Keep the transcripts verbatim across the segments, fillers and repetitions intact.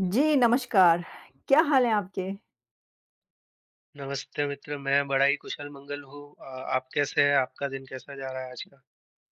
जी, नमस्कार। क्या हाल है आपके? नमस्ते मित्र, मैं बड़ा ही कुशल-मंगल हूँ। अ, आप कैसे हैं? आपका दिन कैसा जा रहा है आज का?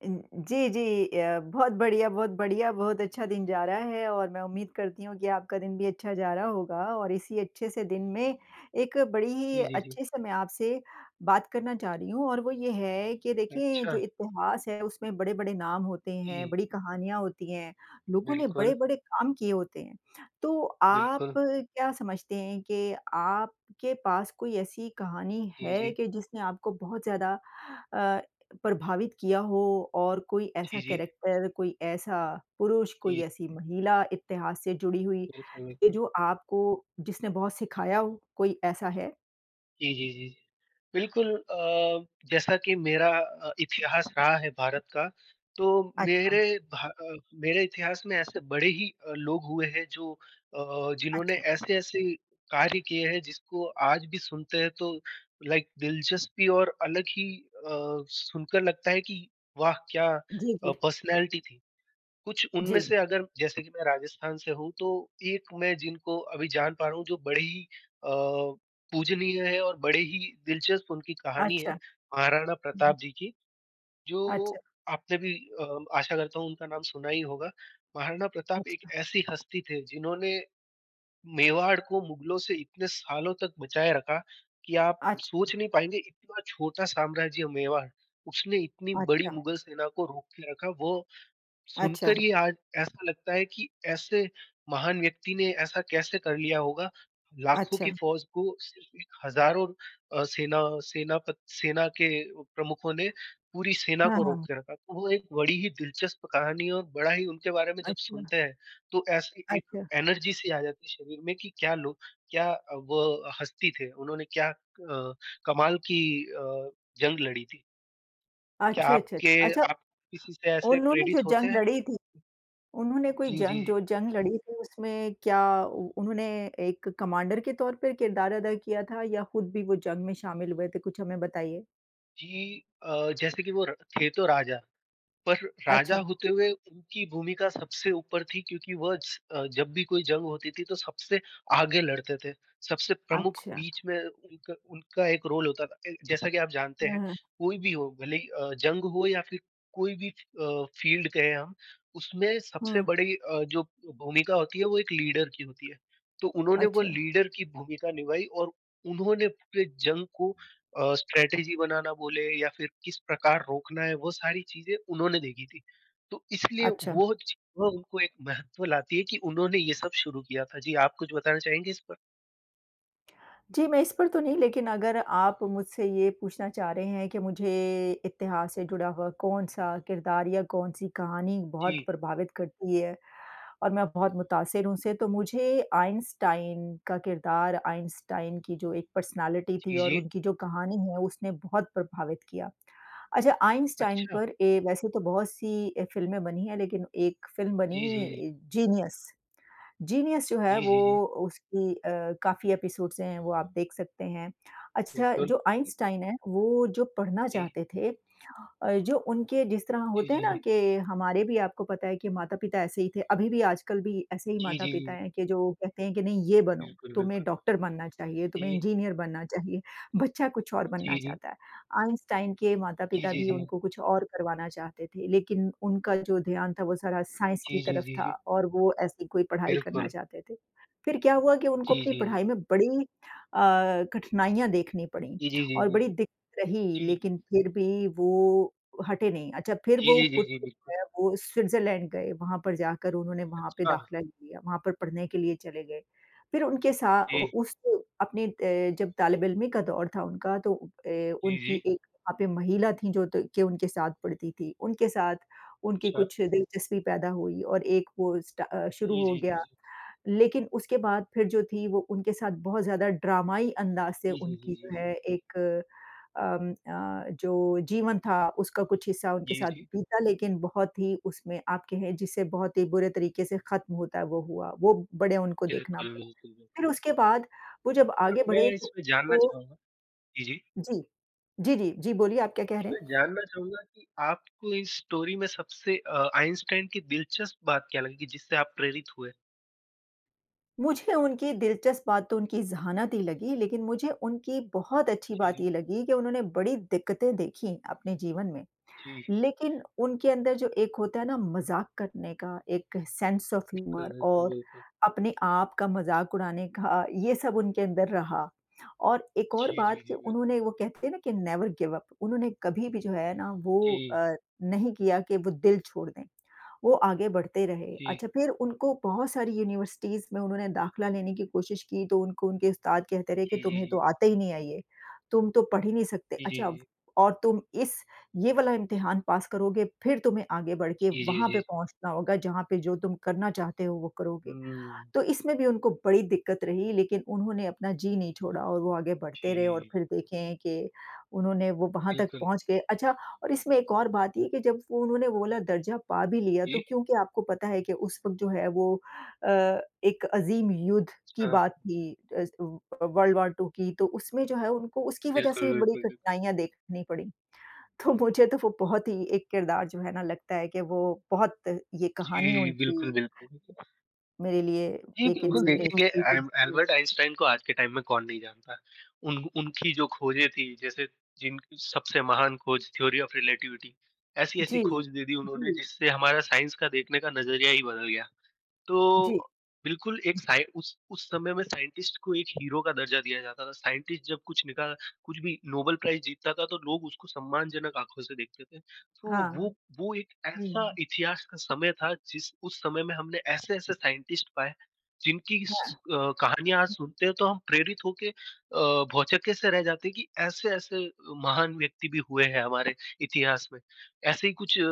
इन जी, जी। अ, बहुत बढ़िया, बहुत बढ़िया, बहुत अच्छा दिन जा रहा है और मैं उम्मीद करती हूँ कि आपका दिन भी अच्छा जा रहा होगा और इसी अच्छे से दिन में एक बड़ी ही जी, जी, जी। अच्छे से मैं आपसे बात करना चाह रही हूँ और वो ये है कि देखिए अच्छा, जो इतिहास है उसमें बड़े-बड़े नाम होते हैं, जी, बड़ी कहानियाँ होती हैं, लोगों ने बिल्कुल, बड़े-बड़े काम किए होते हैं। तो आप बिल्कुल। क्या समझते हैं कि आपके पास कोई ऐसी कहानी जी, है जी। कि जिसने आपको बहुत ज़्यादा अ, प्रभावित किया हो और कोई ऐसा जी, जी। कैरेक्टर, कोई ऐसा पुरुष, कोई जी, ऐसी महिला इतिहास से जुड़ी हुई बिल्कुल, कि बिल्कुल। जो आपको जिसने बहुत सिखाया हो, कोई ऐसा है? जी, जी, जी। बिल्कुल अ, जैसा कि मेरा अ, इतिहास रहा है भारत का, तो अच्छा, मेरे भा अ, मेरे इतिहास में ऐसे बड़े ही अ, लोग हुए हैं जो अ, जिन्होंने अच्छा। ऐसे-ऐसे कार्य किए हैं जिसको आज भी सुनते हैं तो लाइक दिलचस्पी और अलग ही अ, सुनकर लगता है कि वाह! क्या जी, अ, जी। पर्सनैलिटी थी। कुछ उनमें जी। से अगर जैसे कि मैं राजस्थान से हूँ, तो एक मैं जिनको अभी जान पा रहा हूँ जो बड़े ही अ, पूजनीय है और बड़े ही दिलचस्प उनकी कहानी है, अच्छा। महाराणा हुँ। प्रताप जी की, अच्छा, जो आपने भी अ, आशा करता हूँ उनका नाम सुना ही होगा। महाराणा प्रताप एक अच्छा, ऐसी हस्ती थे जिन्होंने मेवाड़ को मुगलों से इतने सालों तक बचाए रखा कि आप अच्छ सोच नहीं पाएँगे इतना छोटा साम्राज्य मेवाड़, उसने इतनी बड़ी अच्छा, मुगल सेना को रोक के रखा। वो अच्छा, सुनकर ही आज ऐसा लगता है कि ऐसे महान व्यक्ति ने ऐसा कैसे कर लिया होगा? लाखों अच्छा। की फ़ौज को सिर्फ़ एक हज़ारों अ, सेना सेनापत सेना के प्रमुखों ने पूरी सेना हाँ, को रोक हाँ। के रखा। तो वो एक बड़ी ही दिलचस्प कहानी है और बड़ा ही उनके बारे में जब अच्छा, सुनते हैं, तो ऐसी एक अच्छा, एनर्जी सी आ जाती है शरीर में कि क्या लोग क्या अ, वो हस्ती थे, उन्होंने क्या अ, कमाल की अ, जंग लड़ी थी। क्या अच्छा, अच्छा, आपके अच्छा। आप किसी से ऐसे उन्होंने जो प्रेरित होते जंग हैं? लड़ी थी उन्होंने कोई जी, जी। जंग जो जंग लड़ी थी उसमें क्या उ उन्होंने एक कमांडर के तौर पर किरदार अदा किया था या खुद भी वो जंग में शामिल हुए थे? कुछ हमें बताइए। जी अ, जैसे कि वो र थे तो राजा, पर राजा अच्छा, होते हुए उनकी भूमिका सबसे ऊपर थी क्योंकि वह स अ, जब भी कोई जंग होती थी तो सबसे आगे लड़ते थे, सबसे प्रमुख अच्छा। बीच में उनका उनका एक रोल होता था। ए, जैसा कि आप जानते हैं, हाँ, कोई भी हो भले ही अ, जंग हो या फिर कोई भी अ, फील्ड कहें हम, उसमें सबसे हाँ। बड़ी अ, जो भूमिका होती है वो एक लीडर की होती है। तो उन्होंने वो अच्छा, लीडर की भूमिका निभाई और उन्होंने पूरे जंग को अ, स्ट्रैटेजी बनाना बोले या फिर किस प्रकार रोकना है वो सारी चीज़ें उन्होंने देखी थी। तो इसलिए अच्छा। वो च वो उनको एक महत्व लाती है कि उन्होंने ये सब शुरू किया था। जी, आप कुछ बताना चाहेंगे इस पर? जी, मैं इस पर तो नहीं लेकिन अगर आप मुझसे ये पूछना चाह रहे हैं कि मुझे इतिहास से जुड़ा हुआ कौन-सा किरदार या कौन-सी कहानी जी। बहुत प्रभावित करती है? और मैं बहुत मुतासिर हूँ उससे, तो मुझे आइंस्टाइन का किरदार, आइंस्टाइन की जो एक पर्सनैलिटी थी जी, और जी। उनकी जो कहानी है, उसने बहुत प्रभावित किया। अच्छा आइंस्टाइन अच्छा। पर ए वैसे तो बहुत-सी ए, फ़िल्में बनी हैं, लेकिन एक फ़िल्म जी, जी। बनी जीनियस। जीनियस जो है जी, वो जी, जी। उसकी अ, काफ़ी एपिसोड्स हैं, वो आप देख सकते हैं। अच्छा बिल्कुल। जो आइंस्टाइन हैं, वो जो पढ़ना जी। चाहते थे अ, जो उनके जिस तरह जी, होते हैं जी, जी। ना कि हमारे भी आपको पता है कि माता-पिता ऐसे ही थे, अभी भी आजकल भी ऐसे ही जी, जी, माता-पिता जी। हैं कि जो कहते हैं कि नहीं ये बनो, बिल्कुल, तुम्हें बिल्कुल। डॉक्टर बनना चाहिए, तुम्हें जी। इंजीनियर बनना चाहिए, बच्चा कुछ और बनना जी, जी। चाहता है। आइंस्टाइन के जी, माता-पिता जी, भी जी। उनको कुछ और करवाना चाहते थे, लेकिन उनका जो ध्यान था वो सारा साइंस की जी, जी, तरफ जी, था जी। और वो ऐसी कोई पढ़ाई करना बिल्कुल। चाहते थे। फिर क्या हुआ कि जी, उनको अपनी जी, जी, पढ़ाई जी। में बड़ी अ, कठिनाइयाँ देखनी पड़ीं जी, जी, जी, और जी, बड़ी जी। दिक्कत रही, जी। लेकिन फिर भी वो हटे नहीं। अच्छा फिर जी, वो जी, जी, खुद जी। से जो बिल्कुल। है, वो स्विट्ज़रलैंड गए, वहाँ पर जाकर उन्होंने वहाँ पे अच्छा। दाखिला लिया, वहाँ पर पढ़ने के लिए चले गए। फिर उनके सा उ जी। उस अपने अ, जब तालिब-इल्मी का दौर था उनका तो अ, जी, जी। उनकी एक वहाँ पे महिला थी जो त के उनके साथ पढ़ती थी। उनके साथ उनकी अच्छा। कुछ दिलचस्पी पैदा हुई और एक वो स्टा अ, शुरू जी, हो जी, गया। जी, जी। लेकिन उसके बाद फिर जो थी वो उनके साथ बहुत ज़्यादा ड्रामाई अंदाज़ से जी, जी, जी, उनकी जी, जो जी। है एक अम अ, जो जीवन था उसका कुछ हिस्सा उनके जी, साथ जी। बीता लेकिन बहुत ही उसमें आप कहें जिसे बहुत ही बुरे तरीके से ख़त्म होता है वो हुआ। वो बड़े उनको देखना बिल्कुल, प बिल्कुल, फिर बिल्कुल। उसके बाद वो जब पर आगे मैं बढ़े तो इसमें जानना वो चाहूँगा जी, जी। जी। जी, जी, जी, बोलिए आप क्या कह कि रहे मैं हैं? जानना चाहूँगा कि आपको इस स्टोरी में सबसे अ, आइंस्टाइन की दिलचस्प बात क्या लगी कि जिससे आप प्रेरित हुए? मुझे उनकी दिलचस्प बात तो उनकी ज़हानत ही लगी लेकिन मुझे उनकी बहुत अच्छी जी, बात जी। ये लगी कि उन्होंने बड़ी दिक्कतें देखी अपने जीवन में। जी, लेकिन उनके अंदर जो एक होता है ना मज़ाक करने का, एक सेंस ऑफ बिल्कुल, ह्यूमर बिल्कुल, और बिल्कुल। अपने आप का मज़ाक उड़ाने का, ये सब उनके अंदर रहा। और एक और जी, बात जी, कि जी, बिल्कुल। उन्होंने वो कहते हैं ना कि नेवर गिव अप, उन्होंने कभी भी जो है ना वो जी, अ, नहीं किया कि वो दिल छोड़ दें। वो आगे बढ़ते रहे। जी। अच्छा फिर उनको बहुत सारी यूनिवर्सिटीज़ में उन्होंने दाखिला लेने की कोशिश की तो उनको उनके उस्ताद कहते रहे कि जी, जी, तुम्हें तो जी। आता ही नहीं है ये, तुम तो पढ़ ही नहीं सकते। जी, जी, अच्छा अब जी। और तुम इस ये वाला इम्तिहान पास करोगे फिर तुम्हें आगे बढ़ के जी, जी, वहाँ जी, पे जी। पहुँचना होगा जहाँ पे जो तुम करना चाहते हो वो करोगे। हुँ। तो इसमें भी उनको बड़ी दिक्कत रही लेकिन उन्होंने अपना जी नहीं छोड़ा और वो आगे बढ़ते रहे और जी, फिर देखें कि उन्होंने वो वहाँ तक बिल्कुल। पहुँच गए। अच्छा और इसमें एक और बात ये है कि जब वो उन्होंने वो वाला दर्जा पा भी लिया जी। तो क्योंकि आपको पता है कि उस वक़्त जो है वो अ, एक अज़ीम युद्ध की हाँ, बात थी अ, वर्ल्ड वॉर टू की तो उसमें जो है उनको उसकी वज़ह से बिल्कुल, भी बड़ी बिल्कुल, बिल्कुल। कठिनाइयाँ देखनी पड़ी। तो मुझे तो वो बहुत ही एक किरदार जो है ना लगता है कि वो बहुत ये कहानी जी, बिल्कुल, उनकी बिल्कुल। मेरे लिए जी, एक बिल्कुल देखेंगे बिल्कुल, इंस्पिरेशन एल बिल्कुल। एल्बर्ट आइंस्टाइन को आज के टाइम में कौन नहीं जानता। उन उनकी जो खोजें थी जैसे जिन सबसे महान खोज थ्योरी ऑफ रिलेटिविटी ऐसी-ऐसी जी, खोज दे दी उन्होंने जी। जिससे हमारा साइंस का देखने का नज़रिया ही बदल गया। तो जी। बिल्कुल एक साइ उस उस समय में साइंटिस्ट को एक हीरो का दर्जा दिया जाता था। साइंटिस्ट जब कुछ निकाल कुछ भी नोबेल प्राइज़ जीतता था तो लोग उसको सम्मानजनक आँखों से देखते थे। तो हाँ, वो वो एक ऐसा जी। इतिहास का समय था जिस उस समय में हमने ऐसे-ऐसे साइंटिस्ट पाए जिनकी स अ, कहानियाँ आज सुनते हैं तो हम प्रेरित होके अ, भौचक्के से रह जाते हैं कि ऐसे-ऐसे महान व्यक्ति भी हुए हैं हमारे इतिहास में। ऐसे ही कुछ अ,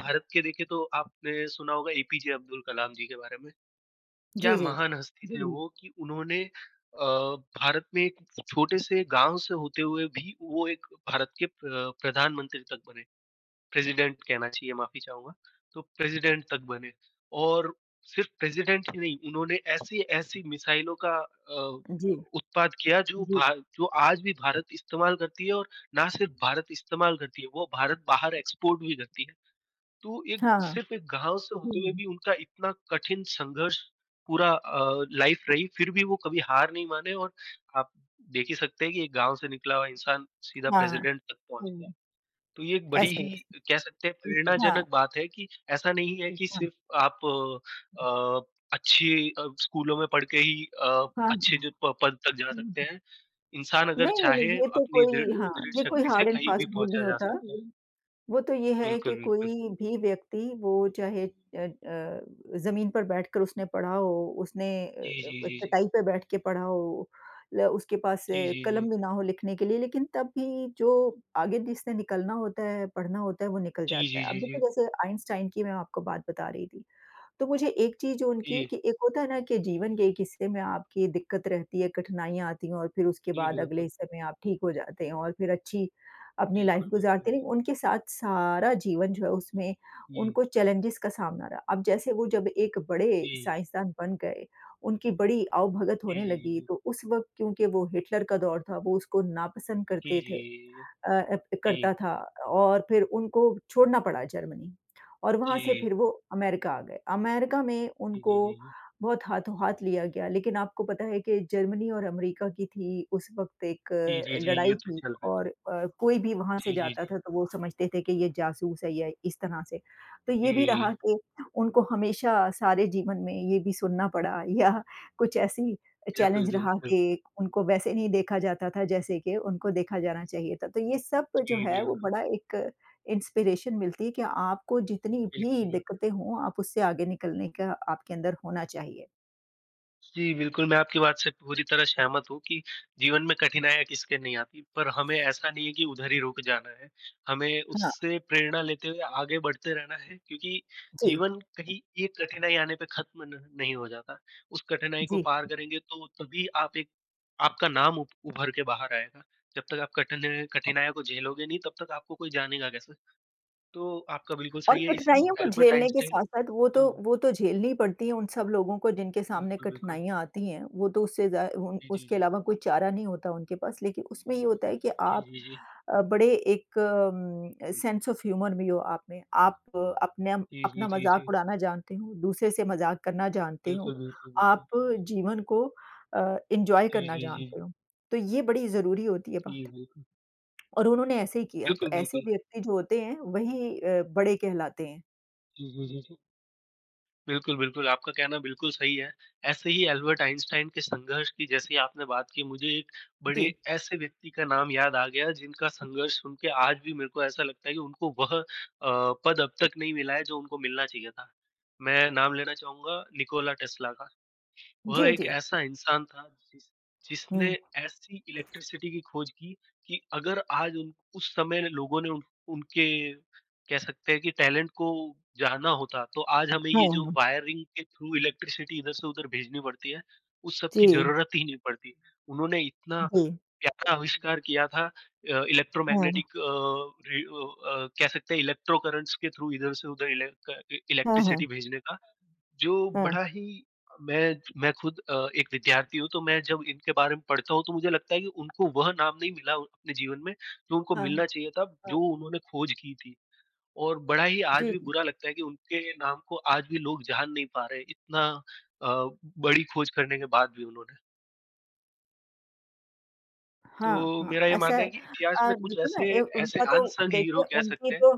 भारत के देखें तो आपने सुना होगा ए पी जे अब्दुल कलाम जी के बारे में। क्या जी, जी। महान हस्ती थे जी। वो कि उन्होंने अ, भारत में एक छोटे से गाँव से होते हुए भी वो एक भारत के प्र प्रधानमंत्री तक बने। प्रेज़िडेंट कहना चाहिए, माफ़ी चाहूँगा। तो प्रेज़िडेंट तक बने और सिर्फ़ प्रेज़िडेंट ही नहीं, उन्होंने ऐसी-ऐसी मिसाइलों का अ, जी। उत्पाद किया जो जी। भा जो आज भी भारत इस्तेमाल करती है और ना सिर्फ़ भारत इस्तेमाल करती है, वो भारत बाहर एक्सपोर्ट भी करती है। तो एक हाँ, हाँ। सिर्फ़ एक गाँव से होते हुए हुँ। भी उनका इतना कठिन संघर्ष पूरा अ, लाइफ़ रही, फिर भी वो कभी हार नहीं माने और आप देख ही सकते हैं कि एक गाँव से निकला हुआ इंसान सीधा हाँ, हाँ। प्रेज़िडेंट तक पहुँच गया। हुँ। तो ये एक बड़ी ऐसे ही ऐसे। ही कह सकते हैं जी। हाँ, प्रेरणाजनक बात है कि ऐसा नहीं है जी। कि हाँ। सिर्फ़ आप अ, अच्छी अ, स्कूलों में पढ़ के ही अ, हाँ, अच्छे हाँ। जो प पद तक जा सकते हैं। इंसान अगर नहीं, नहीं, नहीं, चाहे ये तो अपनी दृढ़ कोई हाँ, दृढ़ ये कोई शक्ति से हार्ड एंड कहीं भी फास्ट रूल नहीं पहुँचा जा होता। सकता है। वो तो ये है कि बिल्कुल, बिल्कुल। कोई भी व्यक्ति वो चाहे अ अ, ज़मीन पर बैठकर उसने पढ़ा हो, उसने अ जी, जी, अ, जी, जी। चटाई पे बैठ के पढ़ा हो, ल उसके पास जी, अ, जी, जी। कलम भी ना हो लिखने के लिए, लेकिन तब भी जो आगे जिससे निकलना होता है, पढ़ना होता है, वो निकल जी, जाता जी, है। अब जी, जी। देखो जैसे आइंस्टाइन की मैं आपको बात बता रही थी। तो मुझे एक चीज़ जो उनकी जी, कि एक होता है ना कि जीवन के एक हिस्से में आपकी दिक्कत रहती है, कठिनाइयाँ आती हैं और फिर उसके जी, बाद अगले बिल्कुल। हिस्से में आप ठीक हो जाते हैं और फिर अच्छी अपनी लाइफ़ बिल्कुल, गुज़ारते बिल्कुल। हैं। उनके साथ सारा जीवन जो है उसमें जी, उनको चैलेंजेस का सामना रहा। अब जैसे वो जब एक बड़े जी। साइंसदान बन गए, उनकी बड़ी आवभगत जी, होने जी, जी, लगी, जी। तो उस वक़्त क्योंकि वो हिटलर का दौर था, वो उसको नापसंद जी, जी, करते थे। जी, अ अ, जी। करता था और फिर उनको छोड़ना पड़ा जर्मनी और वहाँ से जी, फिर वो अमेरिका आ गए। अमेरिका में जी, उनको जी, जी। बहुत हाथों-हाथ लिया गया लेकिन आपको पता है कि जर्मनी और अमेरिका की थी उस वक़्त एक जी, जी, अ, जी, ये लड़ाई तो थी चल रहा था। और अ, कोई भी वहाँ से जी, जी, जाता जी। था तो वो समझते थे कि ये जासूस है या इस तरह से। तो ये भी रहा जी, कि उनको हमेशा सारे जीवन में ये भी सुनना पड़ा या कुछ ऐसी बिल्कुल, चैलेंज रहा बिल्कुल। कि उनको वैसे नहीं देखा जाता था जैसे कि उनको देखा जाना चाहिए था। तो ये सब जो जी, है वो बिल्कुल। बड़ा एक इंस्पिरेशन मिलती है कि आपको जितनी भी बिल्कुल, बिल्कुल। दिक्कतें हों आप उससे आगे निकलने का आपके अंदर होना चाहिए। जी, बिल्कुल, मैं आपकी बात से पूरी तरह सहमत हूँ कि जीवन में कठिनाइयाँ किसके नहीं आती, पर हमें ऐसा नहीं है कि उधर ही रुक जाना है। हमें हाँ। उससे प्रेरणा लेते हुए आगे बढ़ते रहना है क्योंकि जी, जीवन कहीं एक कठिनाई आने पे ख़त्म न नहीं हो जाता। उस कठिनाई को जी। पार करेंगे तो तभी आप एक आपका नाम उभ उभर के बाहर आएगा। जब तक आप कठिन कठिनाइयों को झेलोगे नहीं, तब तक आपको कोई जानेगा कैसे? तो आपका बिल्कुल और सही है, इसी कठिनाइयों को अल्बर्ट झेलने के आइंस्टाइन साथ-साथ वो तो हुँ, हुँ। वो तो झेलनी ही पड़ती है उन सब लोगों को जिनके सामने बिल्कुल, बिल्कुल। कठिनाइयाँ आती हैं। वो तो उससे ज़ा उन जी, जी, उसके जी। अलावा कोई चारा नहीं होता उनके पास। लेकिन उसमें ये होता है कि जी, आप जी, जी। अ, बड़े एक अम, सेंस ऑफ ह्यूमर भी हो आप में। आप अ, अपने जी, जी, अपना जी, जी। मज़ाक उड़ाना जानते हो, दूसरे से मज़ाक करना जानते हो, बिल्कुल, बिल्कुल, बिल्कुल। आप जीवन को अ, एन्जॉय जी, करना जी, जी। जानते हो। तो ये बड़ी ज़रूरी होती है जी, बात बिल्कुल। और उन्होंने ऐसे ही किया, तो बिल्कुल, ऐसे बिल्कुल। व्यक्ति जो होते हैं वही अ, बड़े कहलाते हैं। जी, जी, जी, जी। बिल्कुल, बिल्कुल, आपका कहना बिल्कुल सही है। ऐसे ही एल्बर्ट आइंस्टाइन के संघर्ष की जैसे आपने बात की, मुझे एक जी। बड़े ऐसे व्यक्ति का नाम याद आ गया जिनका संघर्ष सुन के आज भी मेरे को ऐसा लगता है कि उनको वह अ, पद अब तक नहीं मिला है जो उनको मिलना चाहिए था। मैं नाम लेना चाहूँगा निकोला टेस्ला का। वह जी, एक जी। ऐसा इंसान था जिस जिसने हुँ। ऐसी इलेक्ट्रिसिटी की खोज की कि अगर आज उन उस समय लोगों ने उन, उनके कह सकते हैं कि टैलेंट को जाना होता तो आज हमें हाँ, ये जो हाँ। वायरिंग के थ्रू इलेक्ट्रिसिटी इधर से उधर भेजनी पड़ती है उस सब की जी, जरूरत ही नहीं पड़ती। उन्होंने इतना जी। प्यारा आविष्कार किया था अ, हाँ। इलेक्ट्रोमैग्नेटिक अ, रे अ अ, कह सकते हैं इलेक्ट्रो करंट्स के थ्रू इधर से उधर इलेक क इ हाँ, हाँ। इलेक्ट्रिसिटी भेजने का, जो हाँ। बड़ा ही मैं मैं खुद अ, एक विद्यार्थी हूँ, तो मैं जब इनके बारे में पढ़ता हूँ, तो मुझे लगता है कि उनको वह नाम नहीं मिला अपने जीवन में, जो उनको हाँ, मिलना चाहिए था, जो हाँ। उन्होंने खोज की थी। और बड़ा ही आज जी। भी बुरा लगता है कि उनके नाम को आज भी लोग जान नहीं पा रहे, इतना अ, बड़ी खोज करने के बाद भी उन्होंने। हाँ, तो हाँ, मेरा ये ऐसा मानना है। है कि इतिहास में अ, कुछ देखिए ना ऐसे ए ऐसे उनका तो अनसंग हीरो देखिए कह उनकी सकते हैं। तो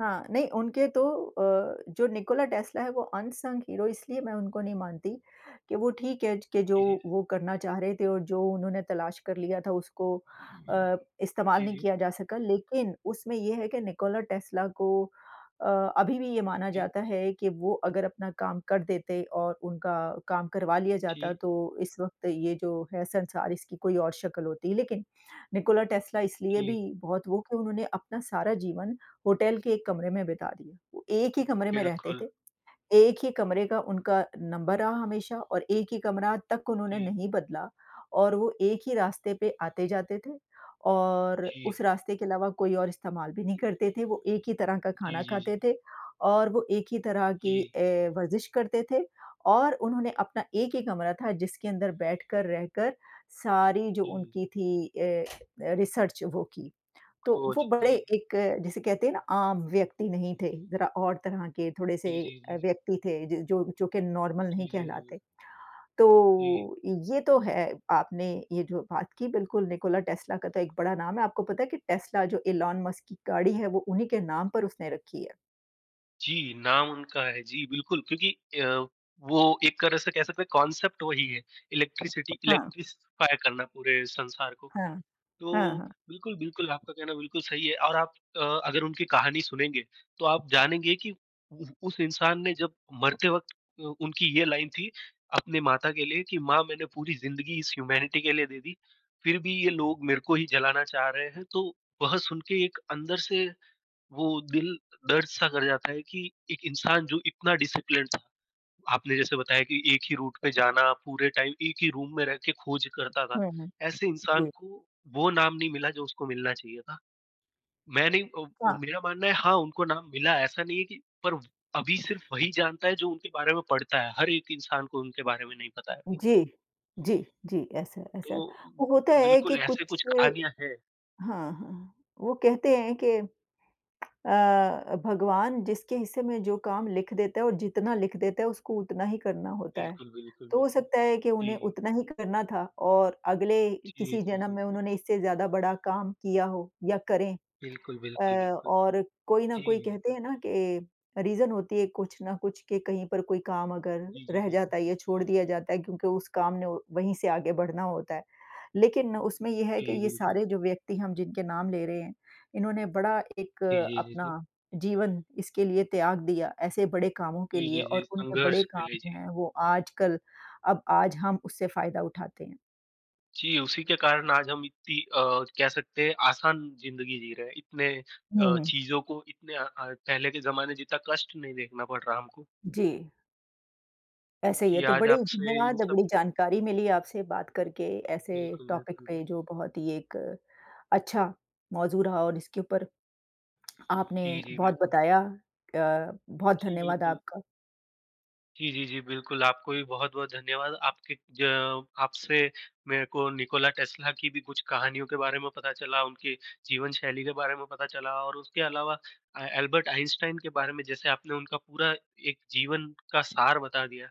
हाँ, नहीं उनके तो अ, जो निकोला टेस्ला है वो अनसंग हीरो इसलिए मैं उनको नहीं मानती कि वो ठीक है कि जो जी, जी। वो करना चाह रहे थे और जो उन्होंने तलाश कर लिया था उसको अ, इस्तेमाल जी, नहीं जी। किया जा सका। लेकिन उसमें ये है कि निकोला टेस्ला को अ, अभी भी ये माना जी, जाता है कि वो अगर अपना काम कर देते और उनका काम करवा लिया जाता जी, तो इस वक़्त ये जो है संसार इसकी कोई और शक्ल होती। लेकिन निकोला टेस्ला इसलिए जी। भी बहुत वो कि उन्होंने अपना सारा जीवन होटल के एक कमरे में बिता दिया। वो एक ही कमरे में रहते बिल्कुल। थे, एक ही कमरे का उनका नंबर रहा हमेशा और एक ही कमरा तक उन्होंने जी, नहीं बदला और वो एक ही रास्ते पे आते-जाते थे और जी। उस रास्ते के अलावा कोई और इस्तेमाल भी नहीं करते थे। वो एक ही तरह का जी, खाना जी, खाते जी। थे और वो एक ही तरह की जी, ए, वर्ज़िश करते थे और उन्होंने अपना एक ही कमरा था जिसके अंदर बैठकर रहकर सारी जो जी। उनकी थी ए, रिसर्च वो की। तो वो खोज। बड़े जी। एक अ, जिसे कहते हैं ना आम व्यक्ति नहीं थे, ज़रा और तरह के थोड़े-से जी, जी, अ, जी। व्यक्ति थे ज जो जो कि नॉर्मल नहीं जी, जी, जी। कहलाते। तो जी। ये तो है, आपने ये जो बात की बिल्कुल निकोला टेस्ला का तो एक बड़ा नाम है। आपको पता है कि टेस्ला जो इलॉन मस्क की गाड़ी है वो उन्हीं के नाम पर उसने रखी है। जी, नाम उनका है। जी, बिल्कुल क्योंकि अ, वो एक तरह से कह सकते हैं कॉन्सेप्ट वही है। इलेक्ट्रिसिटी हाँ, इलेक्ट्रिसिफ़ाई करना पूरे संसार को। हाँ, हाँ, तो हाँ। बिल्कुल, बिल्कुल, आपका कहना बिल्कुल सही है और आप अ, अगर उनकी कहानी सुनेंगे, तो आप जानेंगे कि उ उस इंसान ने जब मरते वक़्त अ, उनकी ये लाइन थी अपने माता के लिए कि माँ मैंने पूरी ज़िंदगी इस ह्यूमैनिटी के लिए दे दी, फिर भी ये लोग मेरे को ही जलाना चाह रहे हैं। तो वह सुन के एक अंदर से वो दिल दर्द-सा कर जाता है कि एक इंसान जो इतना डिसिप्लिन्ड आपने जैसे बताया कि एक ही रूट पे जाना, पूरे टाइम एक ही रूम में रह के खोज करता था। हुँ, हुँ। ऐसे इंसान जी। को वो नाम नहीं मिला जो उसको मिलना चाहिए था। मैं नहीं अ, हाँ, मेरा मानना है हाँ, उनको नाम मिला ऐसा नहीं है कि पर अभी सिर्फ़ वही जानता है जो उनके बारे में पढ़ता है। हर एक इंसान को उनके बारे में नहीं पता है अभी। जी, जी, जी, ऐसा ऐसा तो वो होता है बिल्कुल कि ऐसे कुछ कुछ कहानियाँ हैं। हाँ, हाँ, वो कहते हैं कि अ, भगवान जिसके हिस्से में जो काम लिख देता है और जितना लिख देता है उसको उतना ही करना होता है। बिल्कुल, बिल्कुल, तो हो बिल्कुल। सकता है कि जी। उन्हें उतना ही करना था और अगले जी, किसी जी, जन्म जी, में जी। उन्होंने इससे ज़्यादा बड़ा काम किया हो या करें। बिल्कुल, बिल्कुल, अ, बिल्कुल। और कोई ना जी, कोई कहते बिल्कुल। हैं ना कि रीज़न होती है कुछ ना कुछ कि कहीं पर कोई काम अगर जी, जी, रह जी, जी। जाता है या छोड़ दिया जाता है क्योंकि उस काम ने वहीं से आगे बढ़ना होता है। लेकिन उसमें ये है कि जी, ये बिल्कुल। सारे जो व्यक्ति हम जिनके नाम ले रहे हैं, इन्होंने बड़ा एक जी, जी, जी, अपना जी। जीवन इसके लिए त्याग दिया, ऐसे बड़े कामों के जी, लिए जी, जी। और उनके बड़े संघर्ष के काम लिए जो जी। हैं वो आजकल अब आज हम उससे फ़ायदा उठाते हैं। जी, उसी के कारण आज हम इतनी अ, कह सकते हैं आसान ज़िंदगी जी रहे हैं। इतने अ, हुँ, हुँ। चीज़ों को इतने अ अ, पहले के ज़माने जितना कष्ट नहीं देखना पड़ रहा हमको। जी। ऐसे ही है, जी, तो आज बड़े आपसे इन धन्यवाद, सब बड़ी जानकारी मिली आपसे बात करके ऐसे बिल्कुल, टॉपिक बिल्कुल, पे बिल्कुल। जो बहुत ही एक अच्छा मौज़ू रहा और इसके ऊपर आपने जी, जी, बहुत बिल्कुल। बताया। अ, बहुत जी, धन्यवाद बिल्कुल। आपका। जी, जी, जी, बिल्कुल, आपको भी बहुत-बहुत धन्यवाद। आपके ज आपसे मेरे को निकोला टेस्ला की भी कुछ कहानियों के बारे में पता चला, उनके जीवन शैली के बारे में पता चला और उसके अलावा अ, अल्बर्ट आइंस्टाइन के बारे में जैसे आपने उनका पूरा एक जीवन का सार बता दिया।